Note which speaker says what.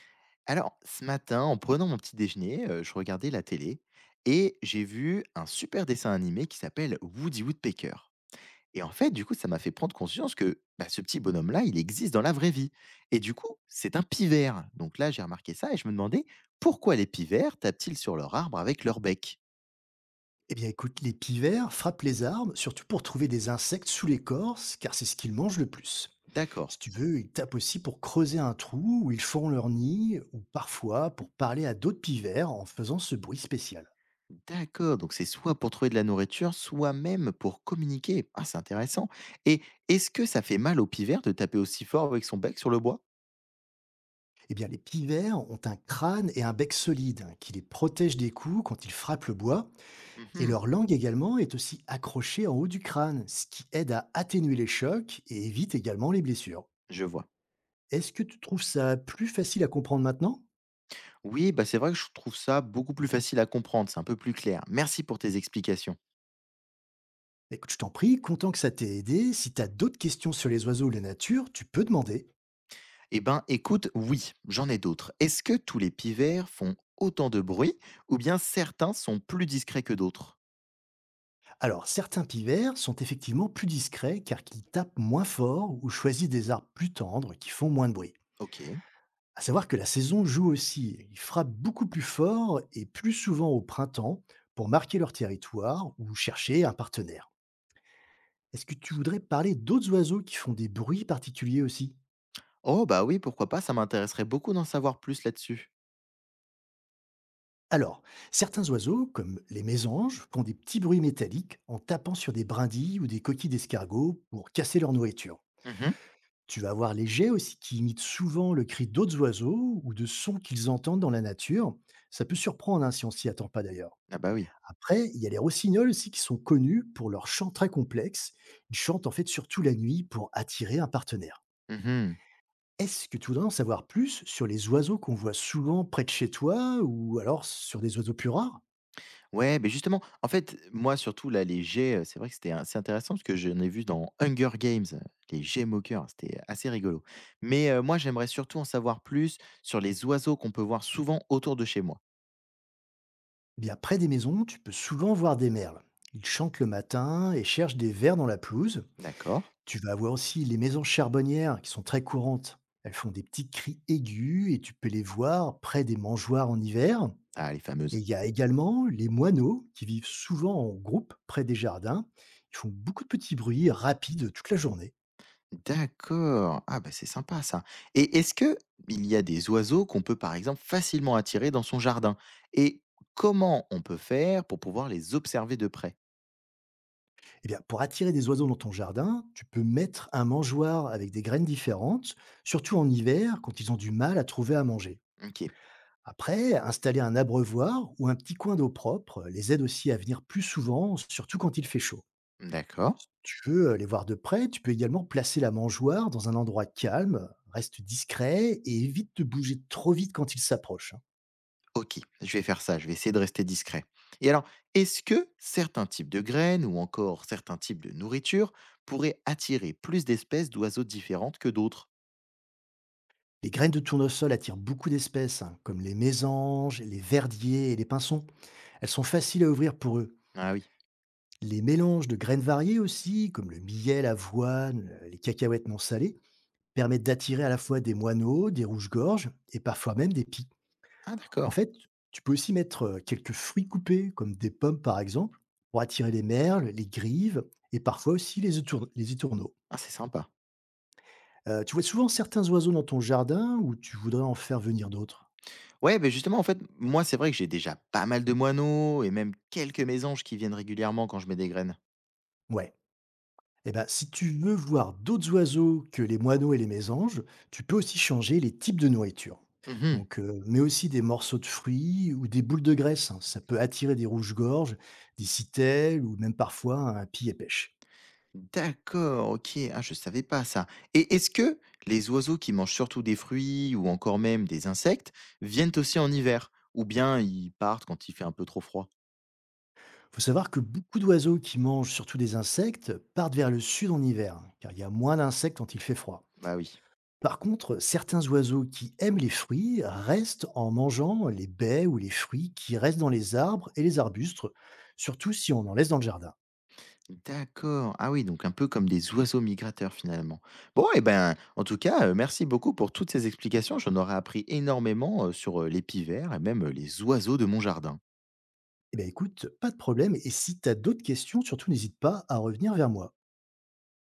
Speaker 1: Alors, ce matin, en prenant mon petit déjeuner, je regardais la télé et j'ai vu un super dessin animé qui s'appelle Woody Woodpecker. Et en fait, du coup, ça m'a fait prendre conscience que bah, ce petit bonhomme-là, il existe dans la vraie vie. Et du coup, c'est un pivert. Donc là, j'ai remarqué ça et je me demandais pourquoi les pivers tapent-ils sur leur arbre avec leur bec.
Speaker 2: Eh bien, écoute, les pivers frappent les arbres, surtout pour trouver des insectes sous l'écorce, car c'est ce qu'ils mangent le plus.
Speaker 1: D'accord.
Speaker 2: Si tu veux, ils tapent aussi pour creuser un trou où ils font leur nid, ou parfois pour parler à d'autres pivers en faisant ce bruit spécial.
Speaker 1: D'accord, donc c'est soit pour trouver de la nourriture, soit même pour communiquer. Ah, c'est intéressant. Et est-ce que ça fait mal au pivert de taper aussi fort avec son bec sur le bois?
Speaker 2: Eh bien, les pivers ont un crâne et un bec solide hein, qui les protègent des coups quand ils frappent le bois, et
Speaker 1: Mhm.
Speaker 2: leur langue également est aussi accrochée en haut du crâne, ce qui aide à atténuer les chocs et évite également les blessures.
Speaker 1: Je vois.
Speaker 2: Est-ce que tu trouves ça plus facile à comprendre maintenant?
Speaker 1: Oui, bah c'est vrai que je trouve ça beaucoup plus facile à comprendre, c'est un peu plus clair. Merci pour tes explications.
Speaker 2: Bah, écoute, je t'en prie, content que ça t'ait aidé. Si tu as d'autres questions sur les oiseaux ou la nature, tu peux demander.
Speaker 1: Eh ben, écoute, oui, j'en ai d'autres. Est-ce que tous les pivers font autant de bruit ou bien certains sont plus discrets que d'autres?
Speaker 2: Alors, certains pivers sont effectivement plus discrets car ils tapent moins fort ou choisissent des arbres plus tendres qui font moins de bruit.
Speaker 1: Ok.
Speaker 2: À savoir que la saison joue aussi. Ils frappent beaucoup plus fort et plus souvent au printemps pour marquer leur territoire ou chercher un partenaire. Est-ce que tu voudrais parler d'autres oiseaux qui font des bruits particuliers aussi?
Speaker 1: Oh bah oui, pourquoi pas, ça m'intéresserait beaucoup d'en savoir plus là-dessus.
Speaker 2: Alors, certains oiseaux, comme les mésanges, font des petits bruits métalliques en tapant sur des brindilles ou des coquilles d'escargots pour casser leur nourriture.
Speaker 1: Mhm.
Speaker 2: Tu vas avoir les jets aussi qui imitent souvent le cri d'autres oiseaux ou de sons qu'ils entendent dans la nature. Ça peut surprendre hein, si on s'y attend pas d'ailleurs.
Speaker 1: Ah bah oui.
Speaker 2: Après, il y a les rossignols aussi qui sont connus pour leur chant très complexe. Ils chantent en fait surtout la nuit pour attirer un partenaire.
Speaker 1: Mhm.
Speaker 2: Est-ce que tu voudrais en savoir plus sur les oiseaux qu'on voit souvent près de chez toi ou alors sur des oiseaux plus rares?
Speaker 1: Ouais, mais justement, en fait, moi, surtout, là, les jets, c'est vrai que c'était assez intéressant parce que j'en ai vu dans Hunger Games, les jets moqueurs, c'était assez rigolo. Mais moi, j'aimerais surtout en savoir plus sur les oiseaux qu'on peut voir souvent autour de chez moi.
Speaker 2: Eh bien, près des maisons, tu peux souvent voir des merles. Ils chantent le matin et cherchent des vers dans la pelouse.
Speaker 1: D'accord.
Speaker 2: Tu vas avoir aussi les maisons charbonnières qui sont très courantes. Elles font des petits cris aigus et tu peux les voir près des mangeoires en hiver.
Speaker 1: Ah, les
Speaker 2: Et
Speaker 1: fameuses.
Speaker 2: il y a également les moineaux qui vivent souvent en groupe près des jardins. Ils font beaucoup de petits bruits rapides toute la journée.
Speaker 1: D'accord. Ah, bah, c'est sympa ça. Et est-ce que il y a des oiseaux qu'on peut, par exemple, facilement attirer dans son jardin? Et comment on peut faire pour pouvoir les observer de près?
Speaker 2: Eh bien, pour attirer des oiseaux dans ton jardin, tu peux mettre un mangeoire avec des graines différentes, surtout en hiver quand ils ont du mal à trouver à manger.
Speaker 1: OK,
Speaker 2: Après, installer un abreuvoir ou un petit coin d'eau propre les aide aussi à venir plus souvent, surtout quand il fait chaud.
Speaker 1: d'accord.
Speaker 2: Si tu veux les voir de près, tu peux également placer la mangeoire dans un endroit calme, reste discret et évite de bouger trop vite quand ils s'approchent, hein.
Speaker 1: OK, je vais faire ça, je vais essayer de rester discret. Et alors, est-ce que certains types de graines ou encore certains types de nourriture pourraient attirer plus d'espèces d'oiseaux différentes que d'autres?
Speaker 2: Les graines de tournesol attirent beaucoup d'espèces, hein, comme les mésanges, les verdiers et les pinsons. Elles sont faciles à ouvrir pour eux.
Speaker 1: Ah oui.
Speaker 2: Les mélanges de graines variées aussi, comme le millet, l'avoine, les cacahuètes non salées, permettent d'attirer à la fois des moineaux, des rouges-gorges et parfois même des pies.
Speaker 1: Ah
Speaker 2: En
Speaker 1: d'accord.
Speaker 2: fait, tu peux aussi mettre quelques fruits coupés, comme des pommes par exemple, pour attirer les merles, les grives et parfois aussi les étourneaux.
Speaker 1: Ah c'est sympa.
Speaker 2: Tu vois souvent certains oiseaux dans ton jardin ou tu voudrais en faire venir d'autres?
Speaker 1: Ouais, ben justement, en fait, moi c'est vrai que j'ai déjà pas mal de moineaux et même quelques mésanges qui viennent régulièrement quand je mets des graines.
Speaker 2: Ouais. Eh ben, si tu veux voir d'autres oiseaux que les moineaux et les mésanges, tu peux aussi changer les types de nourriture.
Speaker 1: Mhm.
Speaker 2: Donc, mais aussi des morceaux de fruits ou des boules de graisse, hein. Ça peut attirer des rouges-gorges, des citelles ou même parfois un pied pêche.
Speaker 1: D'accord, OK. Ah, je savais pas ça. Et est-ce que les oiseaux qui mangent surtout des fruits ou encore même des insectes viennent aussi en hiver? Ou bien ils partent quand il fait un peu trop froid?
Speaker 2: Faut savoir que beaucoup d'oiseaux qui mangent surtout des insectes partent vers le sud en hiver, hein, car il y a moins d'insectes quand il fait froid.
Speaker 1: Bah oui.
Speaker 2: Par contre, certains oiseaux qui aiment les fruits restent en mangeant les baies ou les fruits qui restent dans les arbres et les arbustes, surtout si on en laisse dans le jardin.
Speaker 1: D'accord. Ah oui, donc un peu comme des oiseaux migrateurs finalement. Bon, et ben, en tout cas, merci beaucoup pour toutes ces explications. J'en aurais appris énormément sur les pivers et même les oiseaux de mon jardin.
Speaker 2: Eh bien, écoute, pas de problème. Et si tu as d'autres questions, surtout n'hésite pas à revenir vers moi.